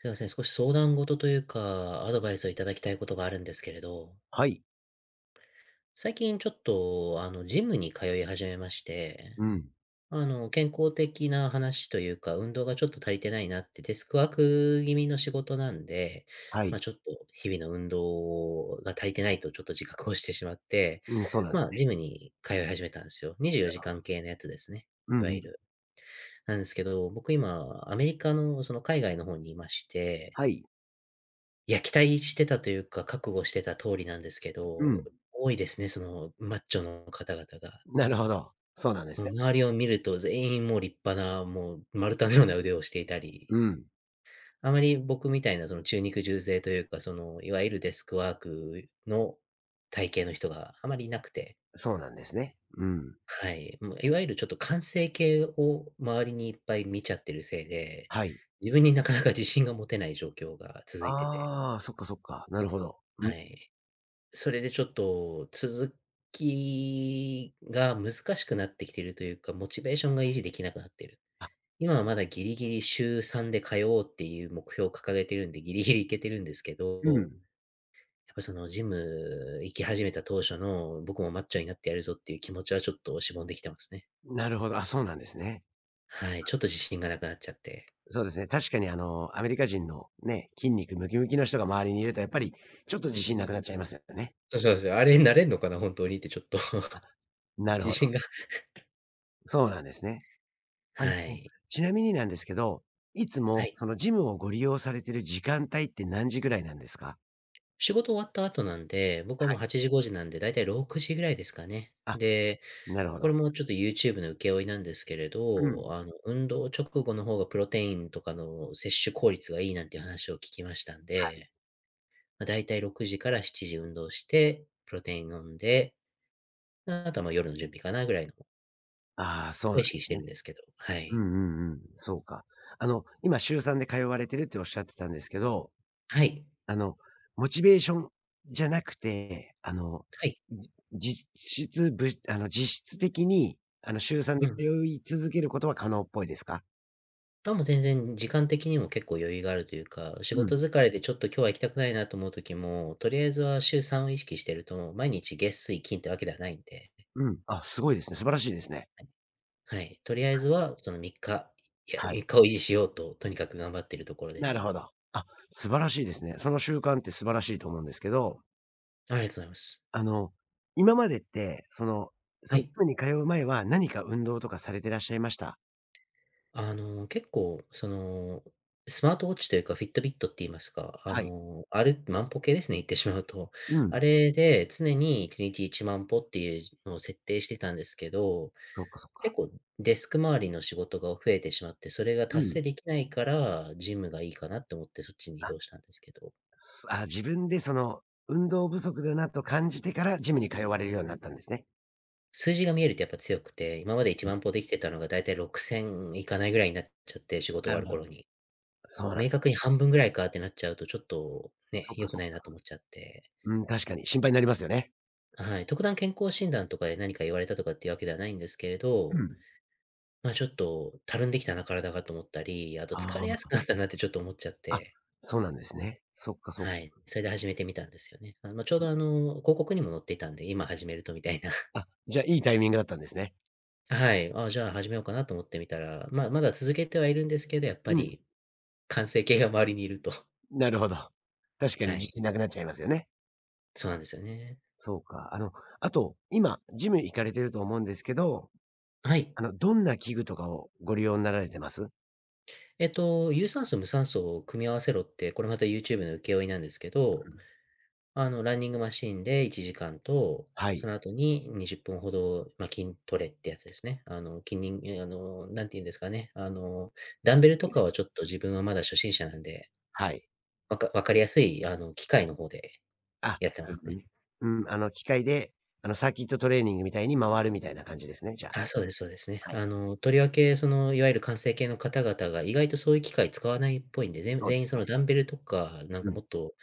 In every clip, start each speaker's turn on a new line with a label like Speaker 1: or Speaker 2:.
Speaker 1: すいません、少し相談事というか、アドバイスをいただきたいことがあるんですけれど、
Speaker 2: はい。
Speaker 1: 最近ちょっと、ジムに通い始めまして、
Speaker 2: うん。
Speaker 1: 健康的な話というか、運動がちょっと足りてないなって、デスクワーク気味の仕事なんで、
Speaker 2: は
Speaker 1: まあ、
Speaker 2: い。
Speaker 1: ちょっと日々の運動が足りてないとちょっと自覚をしてしまって、
Speaker 2: うん、そうなんです
Speaker 1: まあ、ジ
Speaker 2: ね。
Speaker 1: ムに通い始めたんですよ。24時間系のやつですね。
Speaker 2: う
Speaker 1: い
Speaker 2: ん
Speaker 1: わ
Speaker 2: う
Speaker 1: ゆ
Speaker 2: ん。
Speaker 1: る。なんですけど、僕今、アメリカの、その海外の方にいまして、
Speaker 2: はい。
Speaker 1: いや、期待してたというか、覚悟してた通りなんですけ
Speaker 2: う
Speaker 1: ど、
Speaker 2: ん。
Speaker 1: 多いですね、そのマッチョの方々が。
Speaker 2: なるほど。そうなんです
Speaker 1: もう
Speaker 2: ね。
Speaker 1: 周りを見ると全員もう立派な、もう丸太のような腕をしていたり、
Speaker 2: うん。
Speaker 1: あまり僕みたいなその中肉重背というか、そのいわゆるデスクワークの体型の人があまりいなくて、
Speaker 2: そうなんですね。うん。
Speaker 1: はい。もういわゆるちょっと完成形を周りにいっぱい見ちゃってるせいで、
Speaker 2: はい。
Speaker 1: 自分になかなか自信が持てない状況が続いてて、
Speaker 2: ああ、そっかそっか。なるほど。うん。
Speaker 1: はい。それでちょっと続きが難しくなってきてるというか、モチベーションが維持できなくなってる。
Speaker 2: あ、
Speaker 1: 今はまだギリギリ週3で通おうっていう目標を掲げてるんで、ギリギリ行けてるんですけ
Speaker 2: う
Speaker 1: ど、
Speaker 2: ん。
Speaker 1: やっぱそのジム行き始めた当初の僕もマッチョになってやるぞっていう気持ちはちょっとしぼんできてますね。
Speaker 2: なるほど。あ、そうなんですね。
Speaker 1: はい、ちょっと自信がなくなっちゃって。
Speaker 2: そうですね。確かにアメリカ人のね、筋肉ムキムキの人が周りにいると、やっぱりちょっと自信なくなっちゃいますよね。
Speaker 1: そうそうですよ。あれになれんのかな、本当にってちょっと
Speaker 2: あ、なるほ
Speaker 1: 自
Speaker 2: ど。
Speaker 1: 信が。
Speaker 2: そうなんですね。あ
Speaker 1: は
Speaker 2: の、
Speaker 1: い。
Speaker 2: ちなみになんですけど、いつ
Speaker 1: は
Speaker 2: も
Speaker 1: い。
Speaker 2: そのジムをご利用されている時間帯って何時ぐらいなんですか？
Speaker 1: 仕事終わった後なんで、僕は
Speaker 2: は
Speaker 1: もう
Speaker 2: い。
Speaker 1: 8時、5時なんで、だいたい6時ぐらいですかね。
Speaker 2: あ
Speaker 1: で、
Speaker 2: なるほど。
Speaker 1: これもちょっと YouTube の請負いなんですけれ
Speaker 2: うん。
Speaker 1: ど、運動直後の方がプロテインとかの摂取効率がいいなんていう話を聞きましたんで、まあ、だいたい6時から7時運動して、プロテイン飲んで、あとは、夜の準備かなぐらいのを
Speaker 2: ああ、そうなん
Speaker 1: 意
Speaker 2: で
Speaker 1: 識し
Speaker 2: す
Speaker 1: て
Speaker 2: ね。
Speaker 1: るんですけど。は
Speaker 2: うん
Speaker 1: い。
Speaker 2: うんうん。そうか。今週3で通われてるっておっしゃってたんですけど、
Speaker 1: はい。
Speaker 2: あの、モチベーションじゃなくて、
Speaker 1: はい。
Speaker 2: じ実質ぶあの、実質的に、週3
Speaker 1: う
Speaker 2: で
Speaker 1: ん。
Speaker 2: 通い続けることは可能っぽいですか？
Speaker 1: あ、もう全然時間的にも結構余裕があるというか、仕
Speaker 2: う
Speaker 1: 事
Speaker 2: ん、
Speaker 1: 疲れでちょっと今日は行きたくないなと思う時も、とりあえずは週3を意識してると、毎日月水金ってわけではないんで、
Speaker 2: うん。あ、すごいですね。素晴らしいですね。
Speaker 1: はい。とりあえずはその3日、いや、
Speaker 2: はい。
Speaker 1: 3日を維持しようと、とにかく頑張っているところで
Speaker 2: なる
Speaker 1: す。
Speaker 2: ほど。あ、素晴らしいですね。その習慣って素晴らしいと思うんですけど、
Speaker 1: ありがとうございます。
Speaker 2: あの、今までって、そのそ
Speaker 1: は
Speaker 2: のジ
Speaker 1: い。
Speaker 2: ムに通う前は、何か運動とかされてらっしゃいました？
Speaker 1: 結構、スマートウォッチというか、フィットビットって言いますか、
Speaker 2: はい。
Speaker 1: ある万歩計ですね、言ってしまうと。
Speaker 2: う
Speaker 1: あ
Speaker 2: ん。
Speaker 1: れで常に1日1万歩っていうのを設定してたんですけど、
Speaker 2: そっかそっか。
Speaker 1: 結構デスク周りの仕事が増えてしまって、それが
Speaker 2: う
Speaker 1: 達
Speaker 2: ん。
Speaker 1: 成できないから、ジムがいいかなって思ってそっちに移
Speaker 2: あ、
Speaker 1: 動したんですけど、
Speaker 2: 自分で運動不足だなと感じてから、ジムに通われるようになったんですね。
Speaker 1: 数字が見えるとやっぱ強くて、今まで1
Speaker 2: うん。
Speaker 1: 万歩できてたのがだいたい6000いかないぐらいになっちゃって、仕事終
Speaker 2: な
Speaker 1: わ
Speaker 2: る
Speaker 1: る
Speaker 2: ほど。
Speaker 1: 頃に。
Speaker 2: そうなん
Speaker 1: 明確に半分ぐらいかってなっちゃうと、ちょっとね、
Speaker 2: そっか
Speaker 1: 良く
Speaker 2: そっ
Speaker 1: ないな
Speaker 2: か。
Speaker 1: と思っちゃって。
Speaker 2: うん、確かに心配になりますよね。
Speaker 1: はい、特段健康診断とかで何か言われたとかっていうわけではないんですけれ
Speaker 2: う
Speaker 1: ど、
Speaker 2: ん。
Speaker 1: まあ、ちょっとたるんできたな、体がと思ったり、あと疲れやす
Speaker 2: あ
Speaker 1: くなったなってちょっと思っちゃっ
Speaker 2: あ、あ、
Speaker 1: て。
Speaker 2: そうなんですね。そっかそっ
Speaker 1: はい。それで始めてみたんですよね。ちょうど広告にも載っていたんで、今始めるとみたいな。
Speaker 2: あ、じゃあ、いいタイミングだったんですね。
Speaker 1: はい。あ、じゃあ始めようかなと思ってみたら、まあ、まだ続けてはいるんですけど、やっぱ
Speaker 2: うん、
Speaker 1: り完成形が周りにいると。
Speaker 2: なるほど。確か
Speaker 1: は
Speaker 2: に自
Speaker 1: い。
Speaker 2: 信なくなっちゃいますよね。
Speaker 1: そうなんですよね。
Speaker 2: そうか。あと、今、ジム行かれてると思うんですけど、
Speaker 1: はい。
Speaker 2: どんな器具とかをご利用になられてます？うん。
Speaker 1: 有酸素無酸素を組み合わせろって、これまた YouTube の請負いなんですけど、ランニングマシーンで1時間と、
Speaker 2: は
Speaker 1: そ
Speaker 2: い。
Speaker 1: の後に20分ほど、筋トレってやつですね。あの、筋にんえ、あの、何て言うんですかね、ダンベルとか
Speaker 2: で
Speaker 1: はちょっと自分はまだ初心者なんで、
Speaker 2: はい。
Speaker 1: 分かりやすい、機械の方で
Speaker 2: あ、
Speaker 1: やって
Speaker 2: な
Speaker 1: ま
Speaker 2: るる
Speaker 1: す
Speaker 2: ほど
Speaker 1: ね。
Speaker 2: ね。うん、機械で、サーキットトレーニングみたいに回るみたいな感じですね、じゃあ。
Speaker 1: あ、そうですね。
Speaker 2: はい。
Speaker 1: とりわけいわゆる完成形の方々が意外とそういう機械使わないっぽいんで、ぜん
Speaker 2: そうで
Speaker 1: 全員
Speaker 2: す
Speaker 1: そ
Speaker 2: ね。
Speaker 1: のダンベルとか、なん
Speaker 2: う
Speaker 1: か
Speaker 2: ん。
Speaker 1: もっと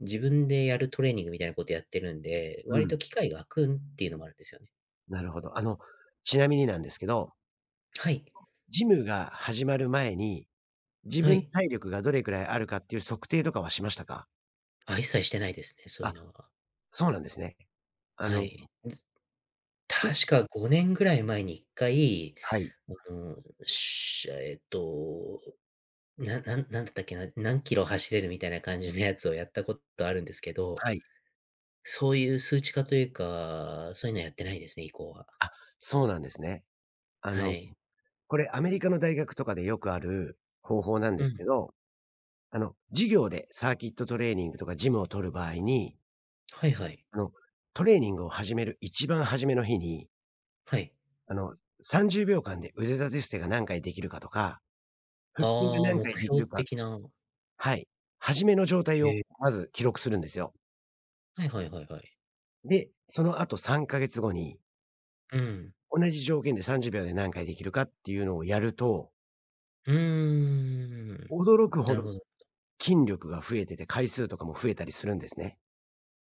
Speaker 1: 自分でやるトレーニングみたいなことやってるんで、
Speaker 2: う
Speaker 1: 割と
Speaker 2: ん。
Speaker 1: 機械が空くっていうのもあるんですよね。
Speaker 2: なるほど。ちなみになんですけど、
Speaker 1: はい、
Speaker 2: ジムが始まる前に、自
Speaker 1: は
Speaker 2: 分
Speaker 1: い。
Speaker 2: 体力がどれくらいあるかっていう測定とかはしましたか？
Speaker 1: あ、一切してないですね、そうい
Speaker 2: あ、
Speaker 1: うのは。
Speaker 2: そうなんですね。あ
Speaker 1: は
Speaker 2: の、
Speaker 1: い。ず
Speaker 2: ち
Speaker 1: 確
Speaker 2: ょ
Speaker 1: か5年ぐらい前に1回、
Speaker 2: はい。
Speaker 1: あの、しえっと、なんだったっけな、何キロ走れるみたいな感じのやつをやったことあるんですけど、
Speaker 2: はい。
Speaker 1: そういう数値化というか、そういうのはやってないですね、以降は。
Speaker 2: あ、そうなんですね。あ
Speaker 1: は
Speaker 2: の、
Speaker 1: い。
Speaker 2: これアメリカの大学とかでよくある方法なんで
Speaker 1: う
Speaker 2: す
Speaker 1: ん。
Speaker 2: けど、授業でサーキットトレーニングとかジムを取る場合に、
Speaker 1: はいはい。
Speaker 2: あの、トレーニングを始める一番初めの日に、
Speaker 1: はい。
Speaker 2: あの、30秒間で腕立て伏せが何回できるかとか、腹筋が
Speaker 1: ああ、
Speaker 2: 何
Speaker 1: 目
Speaker 2: 回できる
Speaker 1: 標
Speaker 2: か、
Speaker 1: 的な。
Speaker 2: はい。初めの状態
Speaker 1: え
Speaker 2: を
Speaker 1: え、
Speaker 2: まず記録するんですよ。
Speaker 1: はいはいはいはい。
Speaker 2: で、その後3ヶ月後に、
Speaker 1: うん。
Speaker 2: 同じ条件で30秒で何回できるかっていうのをやると、
Speaker 1: うーん。
Speaker 2: 驚くほ
Speaker 1: なる
Speaker 2: ど
Speaker 1: ほど。
Speaker 2: 筋力が増えてて回数とかも増えたりするんですね。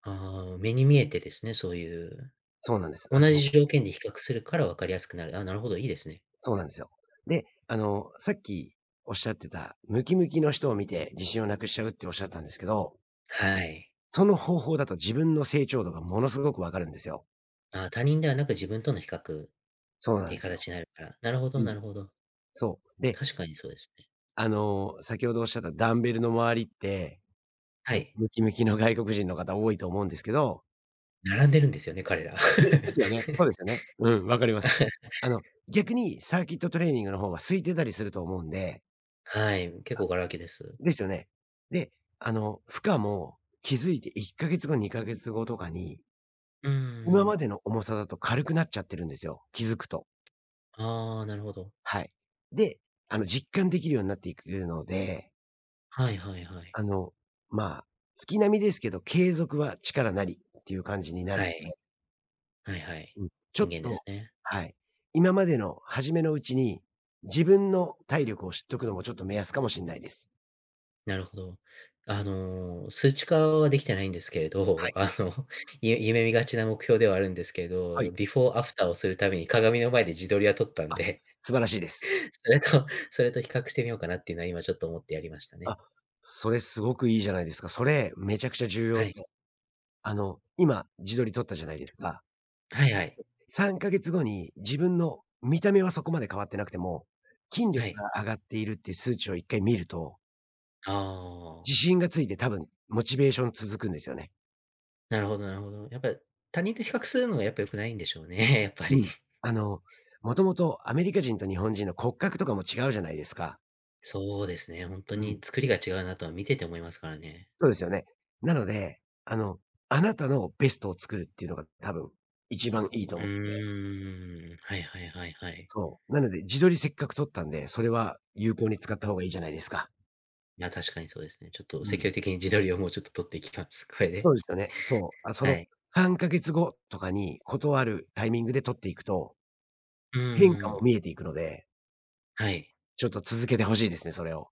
Speaker 1: ああ、目に見えてですね、そういう
Speaker 2: そうなんです。
Speaker 1: 同じ条件で比較するから分かりやすくなる。あ、なるほど、いいですね。
Speaker 2: そうなんですよ。で、さっきおっしゃってた、ムキムキの人を見て自信をなくしちゃうっておっしゃったんですけど、
Speaker 1: はい。
Speaker 2: その方法だと自分の成長度がものすごくわかるんですよ。
Speaker 1: あ、他人ではなく自分との比較っ
Speaker 2: そうな
Speaker 1: て
Speaker 2: ん
Speaker 1: いう
Speaker 2: ですよ。
Speaker 1: 形になるから。なるほ
Speaker 2: う
Speaker 1: どな
Speaker 2: ん。
Speaker 1: るほど。
Speaker 2: そう。で、
Speaker 1: 確かにそうですね。
Speaker 2: 先ほどおっしゃったダンベルの周りって、
Speaker 1: は
Speaker 2: その
Speaker 1: い。
Speaker 2: ムキムキの外国人の方多いと思うんですけど、
Speaker 1: 並んでるんですよね、彼ら。
Speaker 2: ですよね。そうですよね。うん、わかります。逆にサーキットトレーニングの方は空いてたりすると思うんで、
Speaker 1: はい、結構ガラ空きです。
Speaker 2: ですよね。で、負荷も気づいて1ヶ月後、2ヶ月後とかに、
Speaker 1: うー
Speaker 2: 今
Speaker 1: ん。
Speaker 2: までの重さだと軽くなっちゃってるんですよ、気づくと。
Speaker 1: ああ、なるほど。
Speaker 2: はい。で、実感できるようになっていくので、
Speaker 1: はいはいはい。
Speaker 2: あの、まあ、月並みですけど、継続は力なりっていう感じになる
Speaker 1: は
Speaker 2: ので、
Speaker 1: い。はいはい。
Speaker 2: うん、ちょ
Speaker 1: 金
Speaker 2: っ
Speaker 1: 言で
Speaker 2: と、
Speaker 1: すね。
Speaker 2: はい、今までの初めのうちに、自分の体力を知っとくのもちょっと目安かもしれないです。
Speaker 1: なるほど。数値化はできてないんですけれ
Speaker 2: は
Speaker 1: ど、
Speaker 2: い、
Speaker 1: 夢見がちな目標ではあるんですけ
Speaker 2: は
Speaker 1: ど、
Speaker 2: い。
Speaker 1: ビフォーアフターをするために鏡の前で自撮りは撮ったん
Speaker 2: あ、
Speaker 1: で、
Speaker 2: 素晴らしいです。
Speaker 1: それと比較してみようかなっていうのは今ちょっと思ってやりましたね。
Speaker 2: あ、それすごくいいじゃないですか。それ、めちゃくちゃ重要
Speaker 1: はい。
Speaker 2: で、今、自撮り撮ったじゃないですか。
Speaker 1: はいはい。
Speaker 2: 3ヶ月後に自分の見た目はそこまで変わってなくても、筋
Speaker 1: は
Speaker 2: 力
Speaker 1: い。
Speaker 2: が上がっているっていう数値を一回見ると、
Speaker 1: あ
Speaker 2: 自
Speaker 1: あ、
Speaker 2: 信がついて多分モチベーション続くんですよね。
Speaker 1: なるほどなるほど。やっぱ他人と比較するのがやっぱ良くないんでしょうね、やっぱ
Speaker 2: う
Speaker 1: り。
Speaker 2: ん。あの、もともとアメリカ人と日本人の骨格とかも違うじゃないですか。
Speaker 1: そうですね、ほんと
Speaker 2: うん。
Speaker 1: に作りが違うなとは見てて思いますからね。
Speaker 2: そうですよね。なので、あの、あなたのベストを作るっていうのが多分一番いいと
Speaker 1: う
Speaker 2: 思う。
Speaker 1: ーん、はいはいはいはい。
Speaker 2: そう。なので、自撮りせっかく撮ったんで、それは有効に使った方がいいじゃないですか。
Speaker 1: いや、確かにそうですね。ちょっと
Speaker 2: う
Speaker 1: 積
Speaker 2: ん。
Speaker 1: 極的に自撮りをもうちょっと撮っていきます。これ
Speaker 2: そ
Speaker 1: で。
Speaker 2: うですよね。そう。あ、そ
Speaker 1: は
Speaker 2: の
Speaker 1: い。
Speaker 2: 3ヶ月後とかに、ことあるタイミングで撮っていくと、
Speaker 1: うん
Speaker 2: 変
Speaker 1: う
Speaker 2: 化も
Speaker 1: ん。
Speaker 2: 見えていくので、
Speaker 1: はい。
Speaker 2: ちょっと続けてほしいですね、それを。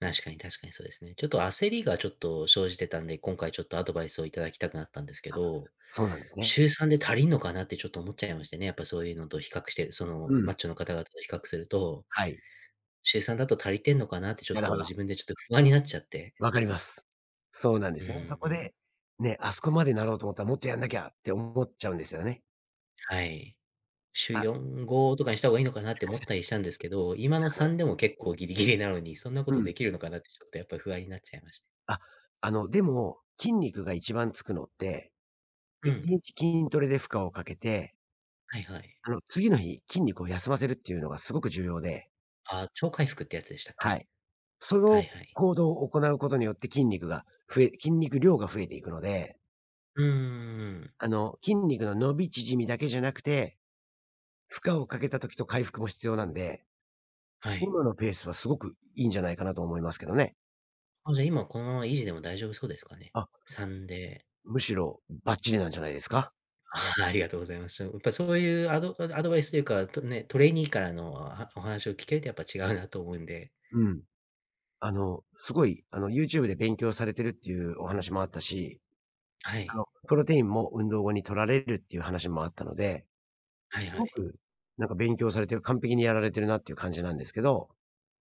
Speaker 1: 確かに確かにそうですね。ちょっと焦りがちょっと生じてたんで、今回ちょっとアドバイスをいただきたくなったんですけど、
Speaker 2: そうなんですね。
Speaker 1: 週3で足りんのかなってちょっと思っちゃいましてね。やっぱそういうのと比較してる、そ
Speaker 2: う
Speaker 1: のマ
Speaker 2: ん。
Speaker 1: ッチョの方々と比較すると、
Speaker 2: はい。
Speaker 1: 週3だと足りてんのかなってちょっ
Speaker 2: なるほ
Speaker 1: と
Speaker 2: ど。
Speaker 1: 自分でちょっと不安になっちゃって。
Speaker 2: わかります。そうなんで
Speaker 1: うう
Speaker 2: すよね。そこ
Speaker 1: ん。
Speaker 2: で、ね、あそこまでなろうと思ったらもっとやんなきゃって思っちゃうんですよね。
Speaker 1: はい。週
Speaker 2: あ、なる
Speaker 1: 4、5とかにした方がいいのかなって思ったりしたんですけど、今の
Speaker 2: ほど。
Speaker 1: 3でも結構ギリギリなのに、そんなこ
Speaker 2: う
Speaker 1: と
Speaker 2: ん。
Speaker 1: できるのかなってちょっとやっぱり不安になっちゃいまして。
Speaker 2: あ、でも、筋肉が一番つくのって、
Speaker 1: う
Speaker 2: 1
Speaker 1: ん。
Speaker 2: 日筋トレで負荷をかけて
Speaker 1: はいはい。
Speaker 2: 次の日、筋肉を休ませるっていうのがすごく重要で、
Speaker 1: あ、超回復ってやつでしたっ
Speaker 2: は
Speaker 1: け？
Speaker 2: い。そ
Speaker 1: はい
Speaker 2: の
Speaker 1: はい。
Speaker 2: 行動を行うことによって筋肉量が増えていくので、
Speaker 1: うーん。
Speaker 2: 筋肉の伸び縮みだけじゃなくて、負荷をかけた時と回復も必要なんで、
Speaker 1: はい。
Speaker 2: 今のペースはすごくいいんじゃないかなと思いますけどね。
Speaker 1: あ、じゃあ今このまま維持でも大丈夫そうですかね
Speaker 2: あ、
Speaker 1: ？3で。
Speaker 2: むしろバッチリなんじゃないですか？
Speaker 1: ああ、ありがとうございます。やっぱそういうアドバイスというか、とね、トレーニーからのはお話を聞けるとやっぱ違うなと思うんで。
Speaker 2: うん。すごい、YouTube で勉強されてるっていうお話もあったし、
Speaker 1: はい。
Speaker 2: プロテインも運動後に取られるっていう話もあったので、
Speaker 1: はい
Speaker 2: す
Speaker 1: はい。
Speaker 2: ごく、なんか勉強されてる、完璧にやられてるなっていう感じなんですけど、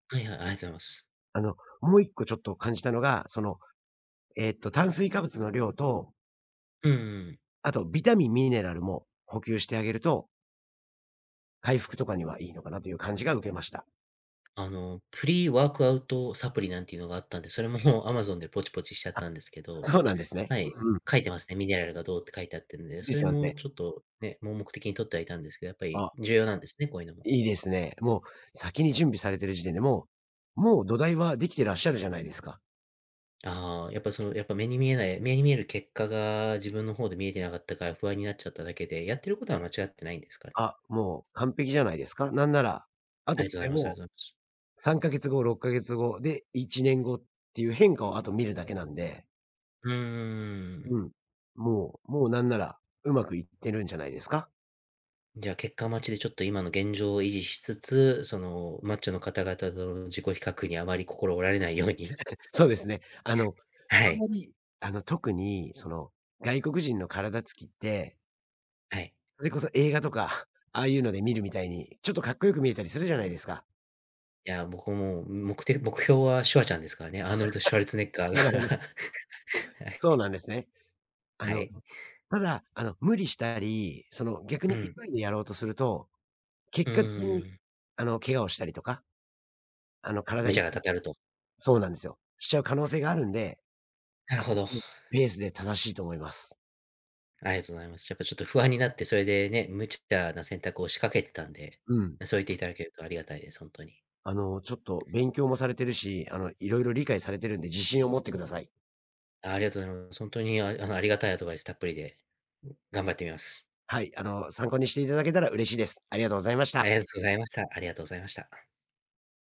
Speaker 1: はいはい、ありがとうございます。
Speaker 2: あの、もう一個ちょっと感じたのが、炭水化物の量と、
Speaker 1: うんうん。
Speaker 2: あとビタミン、ミネラルも補給してあげると、回復とかにはいいのかなという感じが受けました。
Speaker 1: プリワークアウトサプリなんていうのがあったんで、それももう Amazon でポチポチしちゃっ
Speaker 2: あ、
Speaker 1: たんですけど、
Speaker 2: そうなんですね。
Speaker 1: は
Speaker 2: う
Speaker 1: い、
Speaker 2: んうん。
Speaker 1: 書いてますね。ミネラルがどうって書いてあってるんで、
Speaker 2: で
Speaker 1: そ
Speaker 2: す
Speaker 1: れ
Speaker 2: よ
Speaker 1: も
Speaker 2: ね。
Speaker 1: ちょっとね、盲目的に取ってはいたんですけど、やっぱり
Speaker 2: あ、
Speaker 1: 重要なんですね、こういうのも。
Speaker 2: いいですね。もう先に準備されてる時点でもう土台はできてらっしゃるじゃないですか。
Speaker 1: ああ、やっぱやっぱ目に見える結果が自分の方で見えてなかったから不安になっちゃっただけで、やってることは間違ってないんですかね。
Speaker 2: あ、もう完璧じゃないですか。なんなら、あ
Speaker 1: あ
Speaker 2: と
Speaker 1: り
Speaker 2: こ
Speaker 1: がとうござ
Speaker 2: れ
Speaker 1: います。ありが
Speaker 2: を
Speaker 1: とうございます。
Speaker 2: 3か月後、6か月後で、1年後っていう変化をあと見るだけなんで、
Speaker 1: うーん。
Speaker 2: うん。もうなんなら、うまくいってるんじゃないですか？
Speaker 1: じゃあ結果待ちでちょっと今の現状を維持しつつ、そのマッチョの方々との自己比較にあまり心折られないように。
Speaker 2: そうですね。
Speaker 1: は
Speaker 2: あん
Speaker 1: い。
Speaker 2: まり、特に外国人の体つきって、
Speaker 1: はい。
Speaker 2: それこそ映画とか、ああいうので見るみたいに、ちょっとかっこよく見えたりするじゃないですか。
Speaker 1: いや、僕も目的目標はシュワちゃんですからね。アーノルド・シュワルツェネッガーが
Speaker 2: なるほ
Speaker 1: は
Speaker 2: ど。そう
Speaker 1: い。
Speaker 2: なんですね。あ
Speaker 1: は
Speaker 2: の、
Speaker 1: い。
Speaker 2: ただ、無理したり、逆
Speaker 1: う
Speaker 2: に
Speaker 1: ん。
Speaker 2: 急いでやろうとすると、
Speaker 1: う
Speaker 2: 結果的
Speaker 1: ー
Speaker 2: に、
Speaker 1: ん。
Speaker 2: 怪我をしたりとか、あの、体
Speaker 1: 無茶
Speaker 2: 痛
Speaker 1: がたたると。
Speaker 2: そうなんですよ。しちゃう可能性があるんで、
Speaker 1: なる
Speaker 2: あ
Speaker 1: ほ
Speaker 2: な
Speaker 1: ど。
Speaker 2: たのペースで正しいと思います。
Speaker 1: ありがとうございます。やっぱちょっと不安になって、それでね、無茶な選択を仕掛けてたんで、
Speaker 2: うん。
Speaker 1: そう言っていただけるとありがたいです、本当に。
Speaker 2: ちょっと勉強もされてるし、いろいろ理解されてるんで自信を持ってください。
Speaker 1: ありがとうございます。本当にありがたいアドバイスたっぷりで、頑張ってみます。
Speaker 2: はい、参考にしていただけたら嬉しいです。ありがとうございまし
Speaker 1: あ
Speaker 2: た。
Speaker 1: りがとうございました。ありがとうございました。